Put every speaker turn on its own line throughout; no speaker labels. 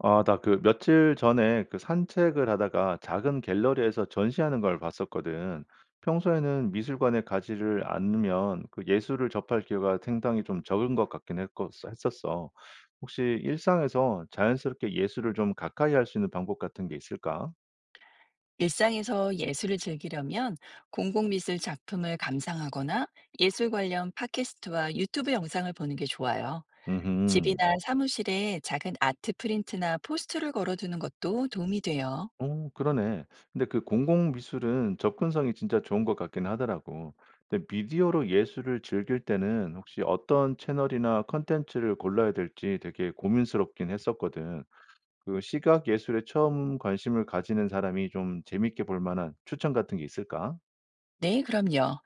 아 나 그 며칠 전에 그 산책을 하다가 작은 갤러리에서 전시하는 걸 봤었거든. 평소에는 미술관에 가지를 않으면 그 예술을 접할 기회가 상당히 좀 적은 것 같긴 했었어. 혹시 일상에서 자연스럽게 예술을 좀 가까이 할 수 있는 방법 같은 게 있을까?
일상에서 예술을 즐기려면 공공미술 작품을 감상하거나 예술 관련 팟캐스트와 유튜브 영상을 보는 게 좋아요.
음.
집이나 사무실에 작은 아트 프린트나 포스터를 걸어두는 것도 도움이 돼요.
어 그러네. 근데 그 공공 미술은 접근성이 진짜 좋은 것 같긴 하더라고. 근데 미디어로 예술을 즐길 때는 혹시 어떤 채널이나 컨텐츠를 골라야 될지 되게 고민스럽긴 했었거든. 그 시각 예술에 처음 관심을 가지는 사람이 좀 재밌게 볼 만한 추천 같은 게 있을까?
네, 그럼요.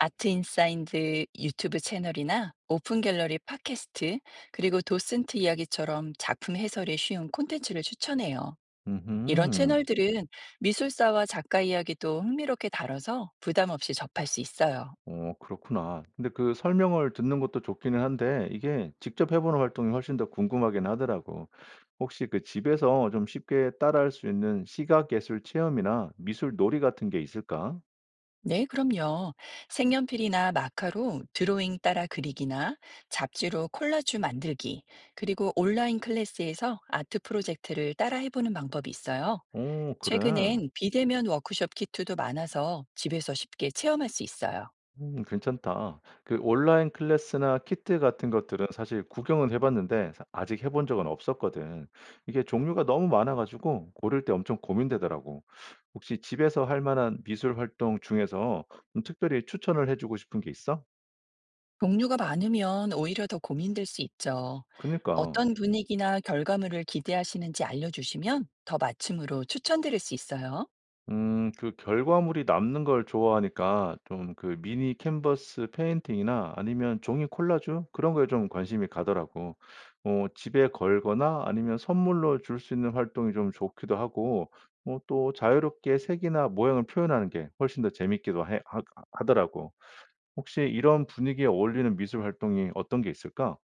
아트 인사이드 유튜브 채널이나 오픈 갤러리 팟캐스트, 그리고 도슨트 이야기처럼 작품 해설이 쉬운 콘텐츠를 추천해요. 이런
음.
채널들은 미술사와 작가 이야기도 흥미롭게 다뤄서 부담 없이 접할 수 있어요.
어 그렇구나. 근데 그 설명을 듣는 것도 좋기는 한데 이게 직접 해 보는 활동이 훨씬 더 궁금하긴 하더라고. 혹시 그 집에서 좀 쉽게 따라할 수 있는 시각 예술 체험이나 미술 놀이 같은 게 있을까?
네, 그럼요. 색연필이나 마카로 드로잉 따라 그리기나 잡지로 콜라주 만들기, 그리고 온라인 클래스에서 아트 프로젝트를 따라 해보는 방법이 있어요.
오 그래.
최근엔 비대면 워크숍 키트도 많아서 집에서 쉽게 체험할 수 있어요.
괜찮다. 그 온라인 클래스나 키트 같은 것들은 사실 구경은 해 봤는데 사 아직 해본 적은 없었거든. 이게 종류가 너무 많아 가지고 고를 때 엄청 고민되더라고. 혹시 집에서 할 만한 미술 활동 중에서 좀 특별히 추천을 해 주고 싶은 게 있어?
종류가 많으면 오히려 더 고민될 수 있죠.
그니까.
어떤 분위기나 결과물을 기대하시는지 알려주시면 더 맞춤으로 추천드릴 수 있어요.
그 결과물이 남는 걸 좋아하니까 좀 그 미니 캔버스 페인팅이나 아니면 종이 콜라주 그런 거에 좀 관심이 가더라고. 어 집에 걸거나 아니면 선물로 줄 수 있는 활동이 좀 좋기도 하고 어 또 자유롭게 색이나 모양을 표현하는 게 훨씬 더 재밌기도 해 하 하더라고. 혹시 이런 분위기에 어울리는 미술 활동이 어떤 게 있을까?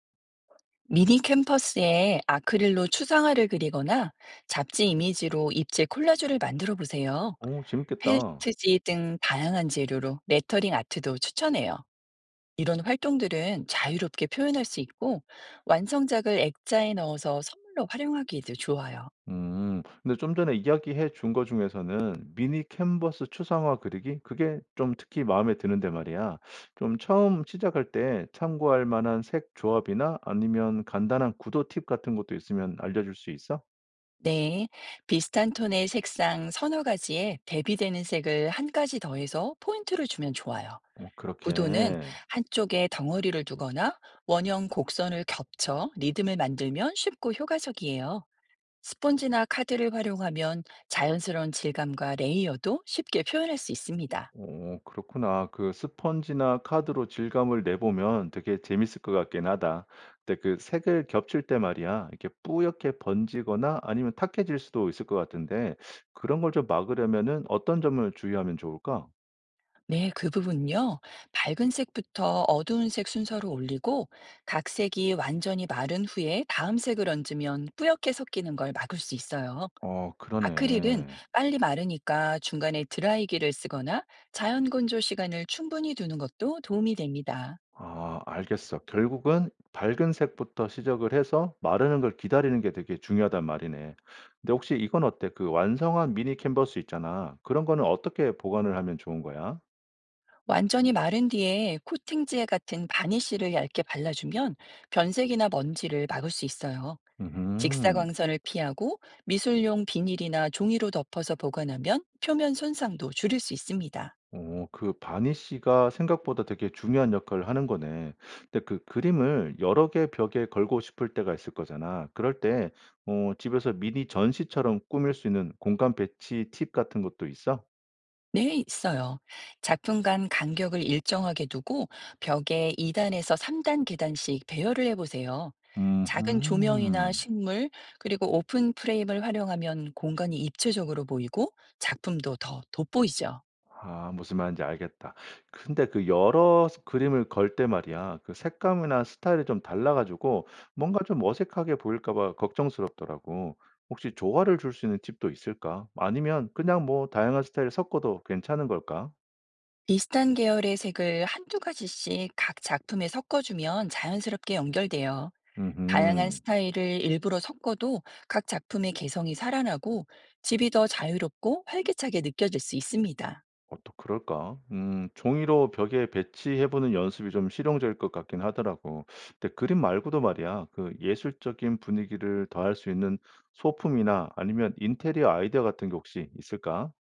미니 캠퍼스에 아크릴로 추상화를 그리거나 잡지 이미지로 입체 콜라주를 만들어 보세요.
오 재밌겠다.
펠트지 등 다양한 재료로 레터링 아트도 추천해요. 이런 활동들은 자유롭게 표현할 수 있고 완성작을 액자에 넣어서 선물로 활용하기도 좋아요.
음. 근데 좀 전에 이야기해 준 거 중에서는 미니 캔버스 추상화 그리기 그게 좀 특히 마음에 드는데 말이야. 좀 처음 시작할 때 참고할 만한 색 조합이나 아니면 간단한 구도 팁 같은 것도 있으면 알려줄 수 있어?
네, 비슷한 톤의 색상 서너 가지에 대비되는 색을 한 가지 더해서 포인트를 주면 좋아요.
어,
구도는
그렇게.
한쪽에 덩어리를 두거나 원형 곡선을 겹쳐 리듬을 만들면 쉽고 효과적이에요. 스폰지나 카드를 활용하면 자연스러운 질감과 레이어도 쉽게 표현할 수 있습니다.
어 그렇구나. 그 스펀지나 카드로 질감을 내보면 되게 재밌을 것 같긴 하다. 근데 그 색을 겹칠 때 말이야. 이렇게 뿌옇게 번지거나 아니면 탁해질 수도 있을 것 같은데 그런 걸 좀 막으려면은 어떤 점을 주의하면 좋을까?
네, 그 부분요. 밝은 색부터 어두운 색 순서로 올리고 각 색이 완전히 마른 후에 다음 색을 얹으면 뿌옇게 섞이는 걸 막을 수 있어요.
어
아크릴은
그러네.
빨리 마르니까 중간에 드라이기를 쓰거나 자연 건조 시간을 충분히 두는 것도 도움이 됩니다.
아 알겠어. 결국은 밝은 색부터 시작을 해서 마르는 걸 기다리는 게 되게 중요하단 말이네. 근데 혹시 이건 어때? 그 완성한 미니 캔버스 있잖아. 그런 거는 어떻게 보관을 하면 좋은 거야?
완전히 마른 뒤에 코팅지 같은 바니쉬를 얇게 발라주면 변색이나 먼지를 막을 수 있어요.
음.
직사광선을 피하고 미술용 비닐이나 종이로 덮어서 보관하면 표면 손상도 줄일 수 있습니다.
어 그 바니쉬가 생각보다 되게 중요한 역할을 하는 거네. 근데 그 그림을 여러 개 벽에 걸고 싶을 때가 있을 거잖아. 그럴 때 어 집에서 미니 전시처럼 꾸밀 수 있는 공간 배치 팁 같은 것도 있어?
네, 있어요. 작품 간 간격을 일정하게 두고 벽에 2단에서 3단 계단씩 배열을 해보세요. 작은 조명이나
음흠.
식물, 그리고 오픈 프레임을 활용하면 공간이 입체적으로 보이고 작품도 더 돋보이죠.
아 무슨 말인지 알겠다. 근데 그 여러 스 그림을 걸 때 말이야 그 색감이나 스타일이 좀 달라 가지고 뭔가 좀 어색하게 보일까 봐 걱정스럽더라고. 혹시 조화를 줄 수 있는 팁도 있을까? 아니면 그냥 뭐 다양한 스타일 섞어도 괜찮은 걸까?
비슷한 계열의 색을 한두 가지씩 각 작품에 섞어주면 자연스럽게 연결돼요. 다양한
음흠.
스타일을 일부러 섞어도 각 작품의 개성이 살아나고 집이 더 자유롭고 활기차게 느껴질 수 있습니다.
어떡 그럴까? 종이로 벽에 배치해 보는 연습이 좀 실용적일 것 같긴 하더라고. 근데 그림 말고도 말이야 그 예술적인 분위기를 더할 수 있는 소품이나 아니면 인테리어 아이디어 같은 게 혹시 있을까?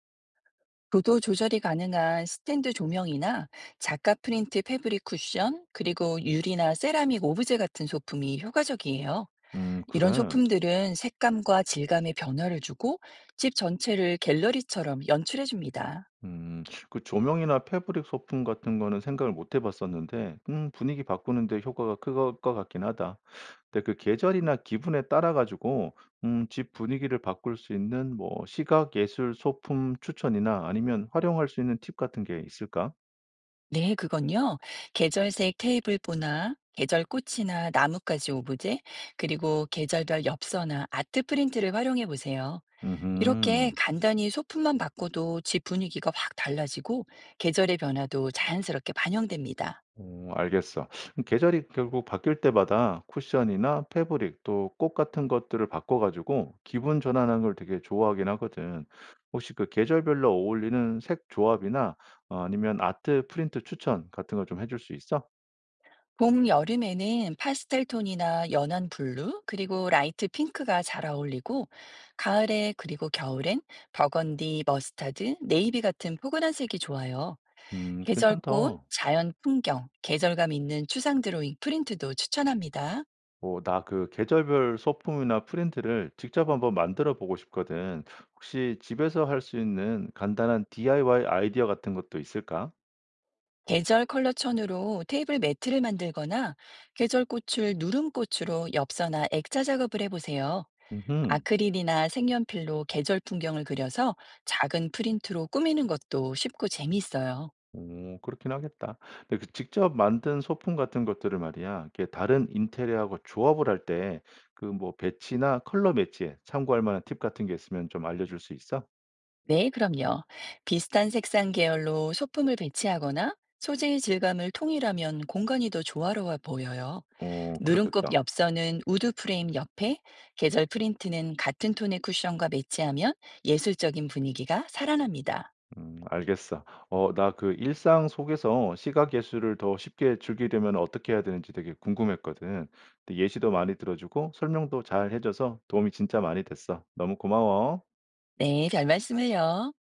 도도 조절이 가능한 스탠드 조명이나 작가 프린트 패브릭 쿠션, 그리고 유리나 세라믹 오브제 같은 소품이 효과적이에요. 이런
그래?
소품들은 색감과 질감의 변화를 주고 집 전체를 갤러리처럼 연출해 줍니다.
음. 그 조명이나 패브릭 소품 같은 거는 생각을 못 해 봤었는데 분위기 바꾸는 데 효과가 클 것 같긴 하다. 근데 그 계절이나 기분에 따라 가지고 집 분위기를 바꿀 수 있는 뭐 시각 예술 소품 추천이나 아니면 활용할 수 있는 팁 같은 게 있을까?
네, 그건요. 계절색 테이블보나 계절 꽃이나 나뭇가지 오브제, 그리고 계절별 엽서나 아트 프린트를 활용해 보세요. 이렇게
음.
간단히 소품만 바꿔도 집 분위기가 확 달라지고 계절의 변화도 자연스럽게 반영됩니다.
어 알겠어. 그럼 계절이 결국 바뀔 때마다 쿠션이나 패브릭 또 꽃 같은 것들을 바꿔 가지고 기분 전환하는 걸 되게 좋아하긴 하거든. 혹시 그 계절별로 어울리는 색 조합이나 어 아니면 아트 프린트 추천 같은 거 좀 해줄 수 있어?
봄, 여름에는 파스텔 톤이나 연한 블루, 그리고 라이트 핑크가 잘 어울리고, 가을에 그리고 겨울엔 버건디, 머스타드, 네이비 같은 포근한 색이 좋아요. 계절꽃,
괜찮다.
자연 풍경, 계절감 있는 추상 드로잉 프린트도 추천합니다.
어 나 그 계절별 소품이나 프린트를 직접 한번 만들어 보고 싶거든. 혹시 집에서 할 수 있는 간단한 DIY 아이디어 같은 것도 있을까?
계절 컬러천으로 테이블 매트를 만들거나 계절꽃을 누름꽃으로 엽서나 액자 작업을 해보세요.
음.
아크릴이나 색연필로 계절 풍경을 그려서 작은 프린트로 꾸미는 것도 쉽고 재미있어요.
오 그렇긴 하겠다. 근데 그 직접 만든 소품 같은 것들을 말이야 이게 다른 인테리어하고 조합을 할 때 그 뭐 배치나 컬러 매치에 참고할 만한 팁 같은 게 있으면 좀 알려줄 수 있어?
네, 그럼요. 비슷한 색상 계열로 소품을 배치하거나 소재의 질감을 통일하면 공간이 더 조화로워 보여요.
어
누름꽃
그렇겠다.
엽서는 우드 프레임 옆에, 계절 프린트는 같은 톤의 쿠션과 매치하면 예술적인 분위기가 살아납니다.
알겠어. 어 나 그 일상 속에서 시각 예술을 더 쉽게 즐기려면 어떻게 해야 되는지 되게 궁금했거든. 근데 예시도 많이 들어 주고 설명도 잘 해 줘서 도움이 진짜 많이 됐어. 너무 고마워.
네, 별 말씀을요.